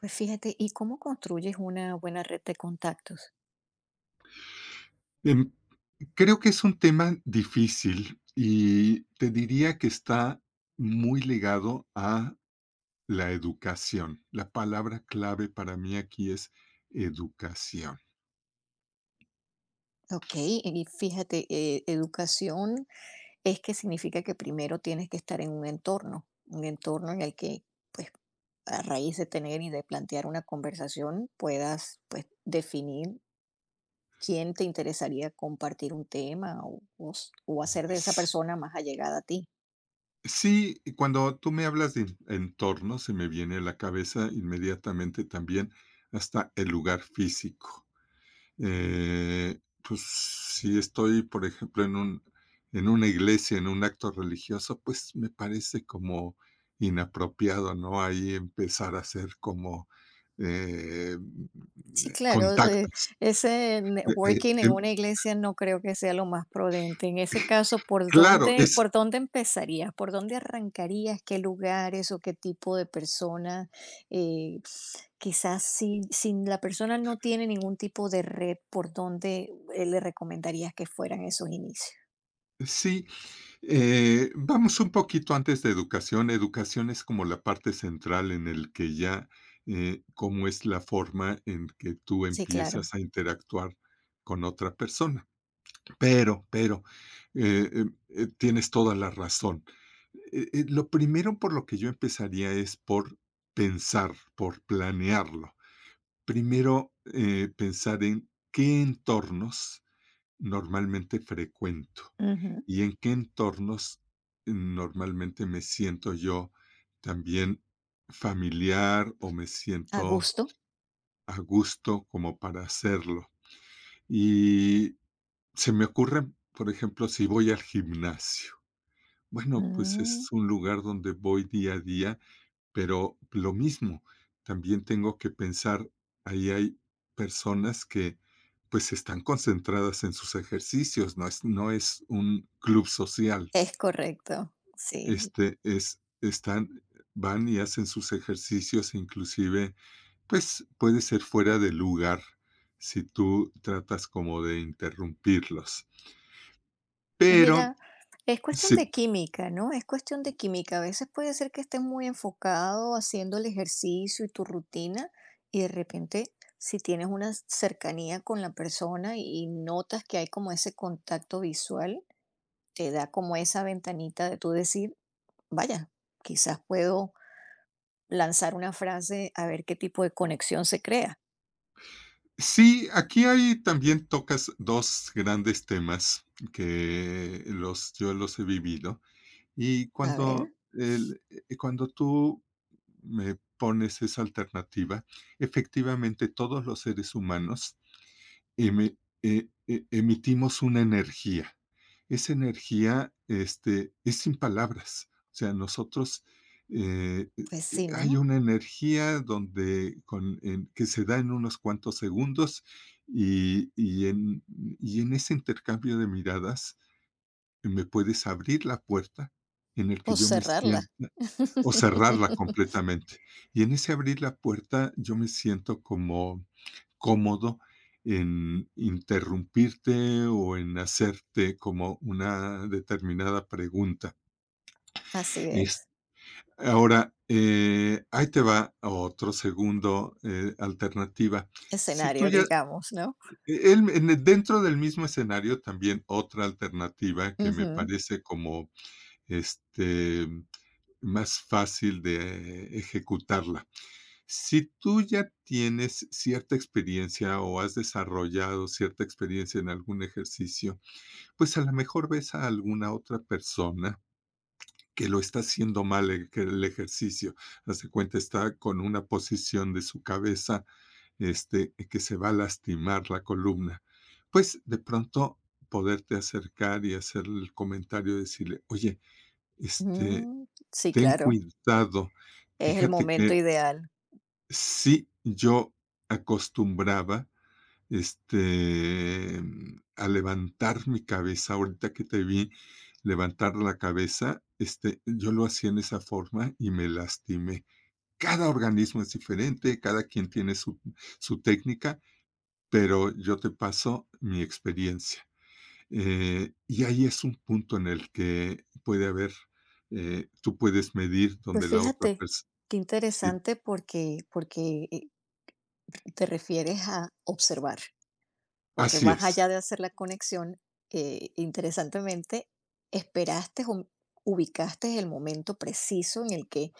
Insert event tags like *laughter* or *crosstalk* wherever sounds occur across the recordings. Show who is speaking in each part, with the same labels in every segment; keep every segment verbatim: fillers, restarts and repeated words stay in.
Speaker 1: Pues fíjate, ¿y cómo construyes una buena red de contactos?
Speaker 2: Em, Creo que es un tema difícil y te diría que está muy ligado a la educación. La palabra clave para mí aquí es educación.
Speaker 1: Ok, y fíjate, eh, educación es que significa que primero tienes que estar en un entorno, un entorno en el que, pues, a raíz de tener y de plantear una conversación, puedas, pues, definir quién te interesaría compartir un tema o, o s- o hacer de esa
Speaker 2: S-
Speaker 1: persona más allegada a ti.
Speaker 2: Sí, y cuando tú me hablas de en- entorno, se me viene a la cabeza inmediatamente también hasta el lugar físico. Eh, pues, si estoy, por ejemplo, en un en una iglesia, en un acto religioso, pues, me parece como inapropiado, ¿no? Ahí empezar a hacer como, eh,
Speaker 1: Sí, claro, eh,
Speaker 2: contactos.
Speaker 1: ese
Speaker 2: Eh eh,
Speaker 1: networking en
Speaker 2: em
Speaker 1: una iglesia no creo que sea lo más prudente. En ese caso, ¿por
Speaker 2: claro,
Speaker 1: dónde,
Speaker 2: es
Speaker 1: ¿por dónde empezarías? ¿Por dónde arrancarías? ¿Qué lugares o qué tipo de personas? Eh, quizás si, si la persona no tiene ningún tipo de red, ¿por dónde eh, le recomendarías que fueran esos inicios?
Speaker 2: sí, eh, vamos un poquito antes de educación. Educación es como la parte central en el que ya, eh, cómo es la forma en que tú
Speaker 1: Sí, claro.
Speaker 2: empiezas a interactuar con otra persona. Pero, pero, eh, em, eh, tienes toda la razón. Eh, eh, lo primero por lo que yo empezaría es por pensar, por planearlo. Primero, eh, pensar en qué entornos normalmente frecuento
Speaker 1: Ujú.
Speaker 2: y en qué entornos normalmente me siento yo también familiar o me
Speaker 1: A
Speaker 2: siento
Speaker 1: gusto.
Speaker 2: a gusto como para hacerlo. Y se me ocurren, por ejemplo, si voy al gimnasio. Bueno, pues
Speaker 1: Mm,
Speaker 2: es un lugar donde voy día a día, pero lo mismo, también tengo que pensar, ahí hay personas que, pues, están concentradas en sus ejercicios, no es no es un club social.
Speaker 1: es correcto, sí.
Speaker 2: Este, es están van y hacen sus ejercicios, inclusive, pues, puede ser fuera de lugar si tú tratas como de interrumpirlos.
Speaker 1: Pues
Speaker 2: Pero
Speaker 1: mira, es cuestión
Speaker 2: si
Speaker 1: de química, ¿no? Es cuestión de química. A veces puede ser que estés muy enfocado haciendo el ejercicio y tu rutina y de repente si tienes una cercanía con la persona y notas que hay como ese contacto visual, te da como esa ventanita de tú decir, vaya, quizás puedo lanzar una frase a ver qué tipo de conexión se crea.
Speaker 2: sí, aquí hay también tocas dos grandes temas que los yo los he vivido. Y
Speaker 1: A
Speaker 2: cuando
Speaker 1: ver,
Speaker 2: el eh, cuando tú me pones esa alternativa, efectivamente, todos los seres humanos eme- e- e- emitimos una energía. Esa energía este, es sin palabras. O sea, nosotros eh, eh,
Speaker 1: pues
Speaker 2: eh,
Speaker 1: sí,
Speaker 2: hay
Speaker 1: ¿no?
Speaker 2: una energía donde con- en- que se da en unos cuantos segundos y, y en, y en ese intercambio de miradas eh, me puedes abrir la puerta en el que
Speaker 1: O
Speaker 2: yo me
Speaker 1: cerrarla.
Speaker 2: sienta o cerrarla
Speaker 1: *laughs*
Speaker 2: completamente. Y en ese abrir la puerta yo me siento como cómodo en interrumpirte o en hacerte como una determinada pregunta.
Speaker 1: Así
Speaker 2: Es
Speaker 1: es.
Speaker 2: ahora, eh, ahí te va otro segundo, eh, alternativa. Si tú
Speaker 1: Escenario,
Speaker 2: ya
Speaker 1: digamos, ¿no?
Speaker 2: e-, él en el dentro del mismo escenario, también otra alternativa que me
Speaker 1: Ujú,
Speaker 2: parece como, este, más fácil de ejecutarla. Si tú ya tienes cierta experiencia o has desarrollado cierta experiencia en algún ejercicio, pues a lo mejor ves a alguna otra persona que lo está haciendo mal el que el ejercicio. Hace cuenta, está con una posición de su cabeza, este, que se va a lastimar la columna. Pues de pronto poderte acercar y hacer el comentario, decirle, oye, este,
Speaker 1: ujú. Sí,
Speaker 2: ten
Speaker 1: claro,
Speaker 2: cuidado.
Speaker 1: es el
Speaker 2: Fíjate
Speaker 1: momento
Speaker 2: que
Speaker 1: ideal.
Speaker 2: sí, yo acostumbraba, este, mm, a levantar mi cabeza, ahorita que te vi levantar la cabeza, este, yo lo hacía en esa forma y me lastimé. Cada organismo es diferente, cada quien tiene su su técnica, pero yo te paso mi experiencia. Eh, y ahí es un punto en el que puede haber, eh, tú puedes medir
Speaker 1: Pues
Speaker 2: donde la otra
Speaker 1: fíjate,
Speaker 2: persona.
Speaker 1: qué
Speaker 2: Sí,
Speaker 1: interesante porque porque, eh, te refieres a observar, porque
Speaker 2: así
Speaker 1: más
Speaker 2: es.
Speaker 1: allá de hacer la conexión, eh, interesantemente, esperaste o ubicaste el momento preciso en el que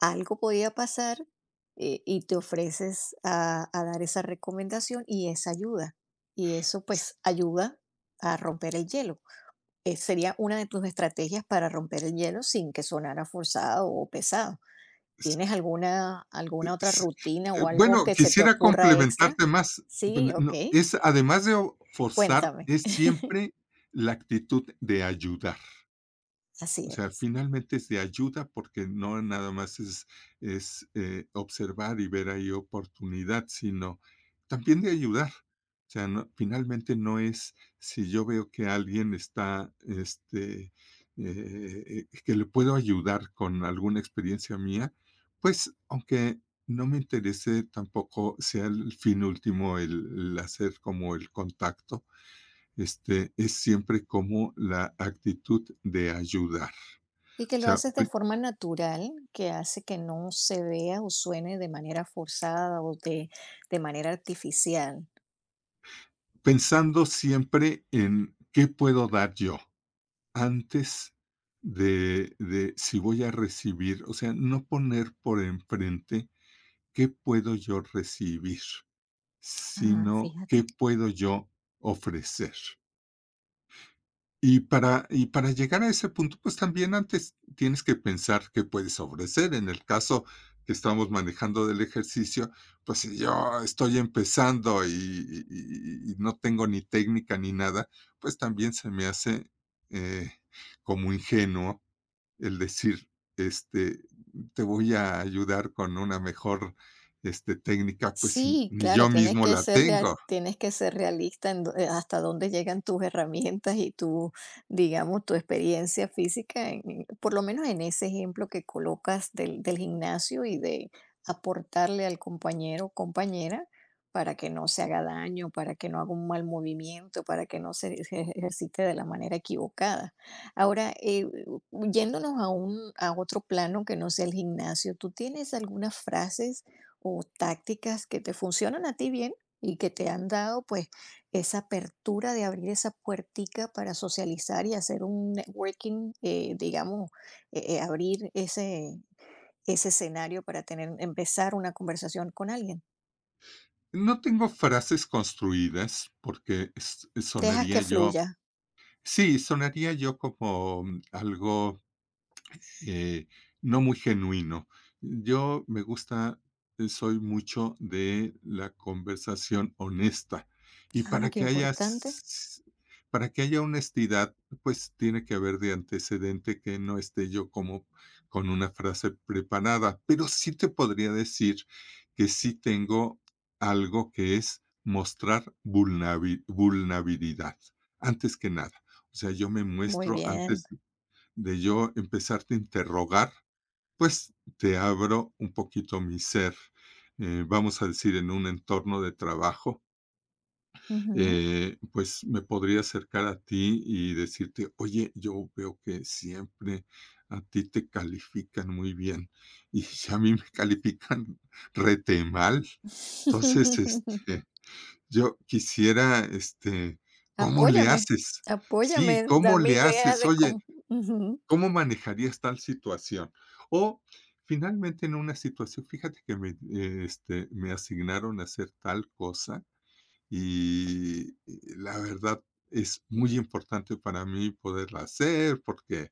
Speaker 1: algo podía pasar, eh, y te ofreces a a dar esa recomendación y esa ayuda, y eso, pues, ayuda a romper el hielo. Eh, sería una de tus estrategias para romper el hielo sin que sonara forzado o pesado. ¿Tienes alguna, alguna otra
Speaker 2: S-
Speaker 1: rutina
Speaker 2: eh,
Speaker 1: o algo
Speaker 2: Bueno,
Speaker 1: que se te
Speaker 2: quisiera
Speaker 1: ocurra extra?
Speaker 2: complementarte más.
Speaker 1: Sí,
Speaker 2: Pero
Speaker 1: ok.
Speaker 2: no, es además de o- forzar,
Speaker 1: Cuéntame.
Speaker 2: es siempre la actitud de ayudar.
Speaker 1: Así
Speaker 2: O sea,
Speaker 1: es.
Speaker 2: finalmente es de ayuda porque no nada más es es, eh, observar y ver ahí oportunidad, sino también de ayudar. O sea, no finalmente no es si yo veo que alguien está, este, eh, eh, que le puedo ayudar con alguna experiencia mía, pues, aunque no me interese tampoco sea el fin último el el hacer como el contacto, este, es siempre como la actitud de ayudar.
Speaker 1: Y
Speaker 2: O
Speaker 1: que lo
Speaker 2: sea,
Speaker 1: haces
Speaker 2: pe
Speaker 1: de forma natural, que hace que no se vea o suene de manera forzada o de, de manera artificial.
Speaker 2: pensando siempre en qué puedo dar yo antes de de si voy a recibir, o sea, no poner por enfrente qué puedo yo recibir,
Speaker 1: Ah,
Speaker 2: sino qué
Speaker 1: fíjate.
Speaker 2: puedo yo ofrecer. Y para y para llegar a ese punto, pues, también antes tienes que pensar qué puedes ofrecer. En el caso que estamos manejando del ejercicio, pues, si yo estoy empezando y y y y no tengo ni técnica ni nada, pues, también se me hace, eh, como ingenuo el decir, este, te voy a ayudar con una mejor, este, técnica, pues, si
Speaker 1: Sí,
Speaker 2: ni
Speaker 1: claro,
Speaker 2: yo
Speaker 1: tienes
Speaker 2: mismo
Speaker 1: que
Speaker 2: la
Speaker 1: ser
Speaker 2: tengo.
Speaker 1: real, tienes que ser realista en do- eh, hasta dónde llegan tus herramientas y tu, digamos, tu experiencia física, en- por lo menos en ese ejemplo que colocas del, del gimnasio y de aportarle al compañero o compañera para que no se haga daño, para que no haga un mal movimiento, para que no se ej- ejercite de la manera equivocada. Ahora, eh, yéndonos a un, a otro plano que no sea el gimnasio, ¿tú tienes algunas frases o tácticas que te funcionan a ti bien y que te han dado pues esa apertura de abrir esa puertica para socializar y hacer un networking, eh, digamos, eh, eh, abrir ese, ese escenario para tener, empezar una conversación con alguien.
Speaker 2: No tengo frases construidas porque s
Speaker 1: Dejas que
Speaker 2: sonaría yo
Speaker 1: fluya.
Speaker 2: sí, sonaría yo como mm, algo eh, no muy genuino. Yo me gusta, eh, soy mucho de la conversación honesta. Y
Speaker 1: Ah,
Speaker 2: para
Speaker 1: qué
Speaker 2: que haya,
Speaker 1: importante.
Speaker 2: s- para que haya honestidad, pues tiene que haber de antecedente que no esté yo como con una frase preparada. Pero sí te podría decir que sí tengo algo que es mostrar vulnerabi- vulnerabilidad, antes que nada. O sea, yo me
Speaker 1: Muy
Speaker 2: muestro
Speaker 1: bien.
Speaker 2: antes de yo empezarte a interrogar, pues te abro un poquito mi ser. Eh, vamos a decir, en un entorno de trabajo,
Speaker 1: Ujú.
Speaker 2: eh, pues me podría acercar a ti y decirte, oye, yo veo que siempre a ti te califican muy bien y *laughs* a mí me califican rete mal. Entonces,
Speaker 1: *laughs*
Speaker 2: este, yo quisiera, este, ¿cómo le
Speaker 1: Apóyame,
Speaker 2: haces?
Speaker 1: apóyame,
Speaker 2: Sí, ¿cómo
Speaker 1: dame
Speaker 2: le
Speaker 1: ideas
Speaker 2: haces?
Speaker 1: de
Speaker 2: Oye,
Speaker 1: cómo. Ujú.
Speaker 2: ¿cómo manejarías tal situación? O finalmente en una situación, fíjate que me, eh, este, me asignaron a hacer tal cosa y y la verdad es muy importante para mí poderla hacer porque,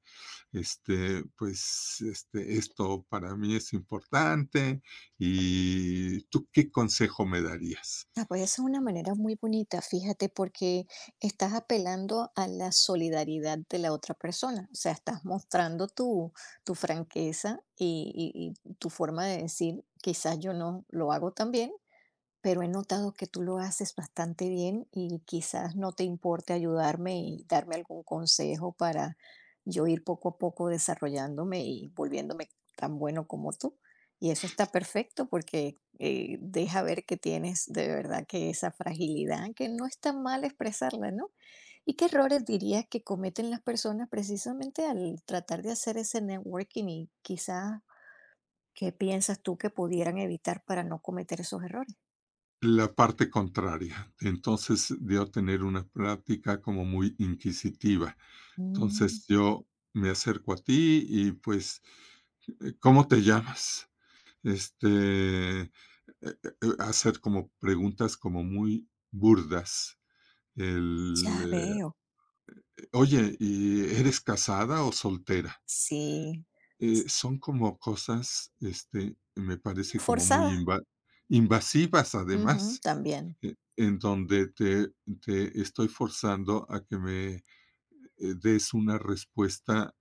Speaker 2: este, pues, este, esto para mí es importante. ¿Y tú qué consejo me darías?
Speaker 1: Ah, pues esa es una manera muy bonita, fíjate, porque estás apelando a la solidaridad de la otra persona, o sea, estás mostrando tu, tu franqueza y, y- y tu forma de decir, quizás yo no lo hago tan bien, pero he notado que tú lo haces bastante bien y quizás no te importe ayudarme y darme algún consejo para yo ir poco a poco desarrollándome y volviéndome tan bueno como tú. Y eso está perfecto porque eh, deja ver que tienes de verdad que esa fragilidad, que no es tan mal expresarla, ¿no? ¿Y qué errores dirías que cometen las personas precisamente al tratar de hacer ese networking y quizás qué piensas tú que pudieran evitar para no cometer esos errores?
Speaker 2: La parte contraria. Entonces, de tener una práctica como muy inquisitiva.
Speaker 1: Mm.
Speaker 2: Entonces, yo me acerco a ti y, pues, eh, ¿cómo te llamas? Este, eh eh eh, hacer como preguntas como muy burdas.
Speaker 1: Ya
Speaker 2: El,
Speaker 1: veo.
Speaker 2: eh, oye, ¿y eres casada o soltera?
Speaker 1: Sí.
Speaker 2: Eh,
Speaker 1: S
Speaker 2: son como cosas, este, me parece como muy
Speaker 1: Forzada.
Speaker 2: inva invasivas,
Speaker 1: Ujú,
Speaker 2: además,
Speaker 1: también.
Speaker 2: eh, en donde te te estoy forzando a que me, eh, des una respuesta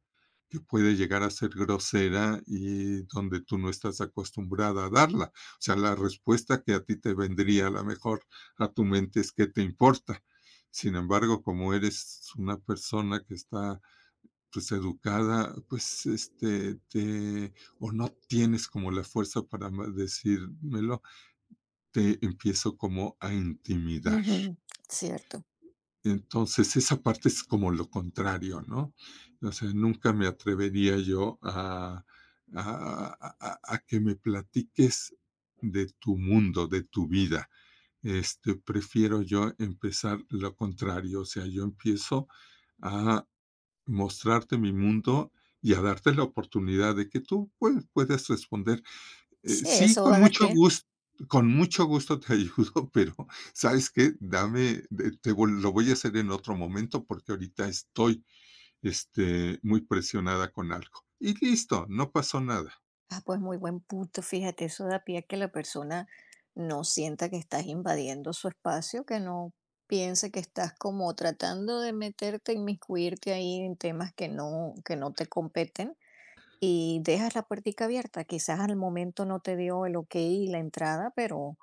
Speaker 2: que puede llegar a ser grosera y donde tú no estás acostumbrada a darla. O sea, la respuesta que a ti te vendría a la mejor a tu mente es ¿qué te importa? Sin embargo, como eres una persona que está pues educada, pues este te o no tienes como la fuerza para ma- decírmelo, te empiezo como a intimidar.
Speaker 1: Ujú, cierto.
Speaker 2: Entonces, esa parte es como lo contrario, ¿no? O sea, nunca me atrevería yo a a a a a que me platiques de tu mundo, de tu vida. Este, prefiero yo empezar lo contrario, o sea, yo empiezo a mostrarte mi mundo y a darte la oportunidad de que tú, pues, puedes responder. Eh,
Speaker 1: Sí,
Speaker 2: sí,
Speaker 1: eso va
Speaker 2: con
Speaker 1: a dar
Speaker 2: mucho
Speaker 1: pie.
Speaker 2: gusto, con mucho gusto te *laughs* ayudo, pero, ¿sabes qué? Dame, de te vol lo voy a hacer en otro momento, porque ahorita estoy, este, muy presionada con algo. Y listo, no pasó nada.
Speaker 1: Ah, pues muy buen punto, fíjate, eso da pie a que la persona no sienta que estás invadiendo su espacio, que no piense que estás como tratando de meterte, inmiscuirte ahí en temas que no que no te competen, y dejas la puertica abierta. Quizás al momento no te dio el okey, la entrada, pero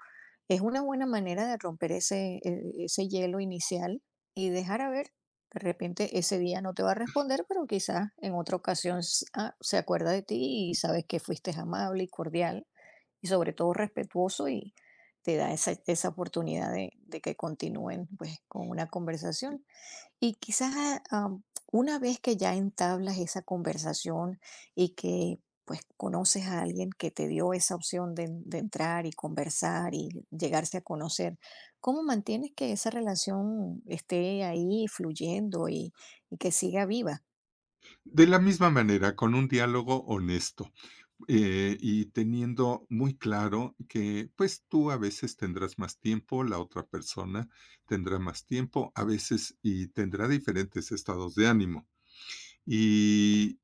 Speaker 1: es una buena manera de romper ese, eh, ese hielo inicial y dejar a ver. De repente ese día no te va a responder, pero quizás en otra ocasión s- ah, se acuerda de ti y sabes que fuiste amable y cordial y sobre todo respetuoso y te da esa, esa oportunidad de, de que continúen pues con una conversación. Y quizás, ah, am, una vez que ya entablas esa conversación y que, pues, conoces a alguien que te dio esa opción de de entrar y conversar y llegarse a conocer, ¿cómo mantienes que esa relación esté ahí fluyendo y y que siga viva?
Speaker 2: De la misma manera, con un diálogo honesto, eh, y teniendo muy claro que, pues, tú a veces tendrás más tiempo, la otra persona tendrá más tiempo, a veces y tendrá diferentes estados de ánimo. Y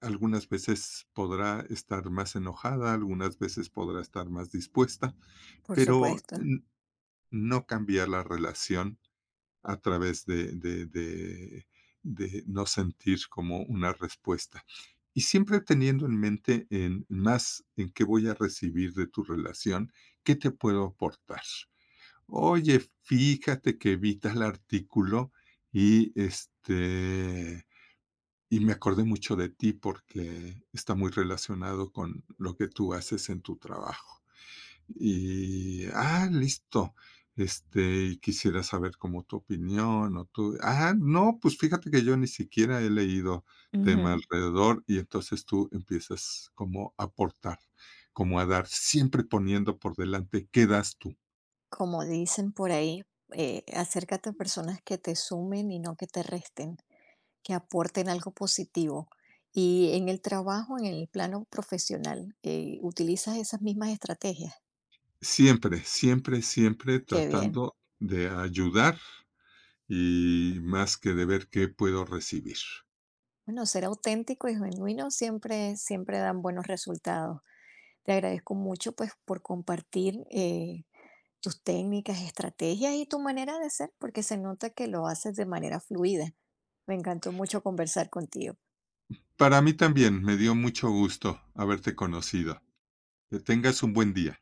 Speaker 2: algunas veces podrá estar más enojada, algunas veces podrá estar más dispuesta,
Speaker 1: Por
Speaker 2: pero
Speaker 1: supuesto.
Speaker 2: n- no cambia la relación a través de, de- de- de no sentir como una respuesta. Y siempre teniendo en mente en más en qué voy a recibir de tu relación, qué te puedo aportar. Oye, fíjate que vi tal artículo y este y me acordé mucho de ti porque está muy relacionado con lo que tú haces en tu trabajo. Y, ah, listo. Este, y quisiera saber como tu opinión o tú, ah, no, pues fíjate que yo ni siquiera he leído tema alrededor y entonces tú empiezas como a aportar, como a dar, siempre poniendo por delante qué das tú.
Speaker 1: Como dicen por ahí, eh, acércate a personas que te sumen y no que te resten, que aporten algo positivo. Y en el trabajo, en el plano profesional, eh, utilizas esas mismas estrategias.
Speaker 2: Siempre, siempre, siempre
Speaker 1: Qué bien.
Speaker 2: tratando de ayudar y más que de ver qué puedo recibir.
Speaker 1: Bueno, ser auténtico y genuino siempre, siempre dan buenos resultados. Te agradezco mucho, pues, por compartir eh, tus técnicas, estrategias y tu manera de ser, porque se nota que lo haces de manera fluida. Me encantó mucho conversar contigo.
Speaker 2: Para mí también me dio mucho gusto haberte conocido. Que tengas un buen día.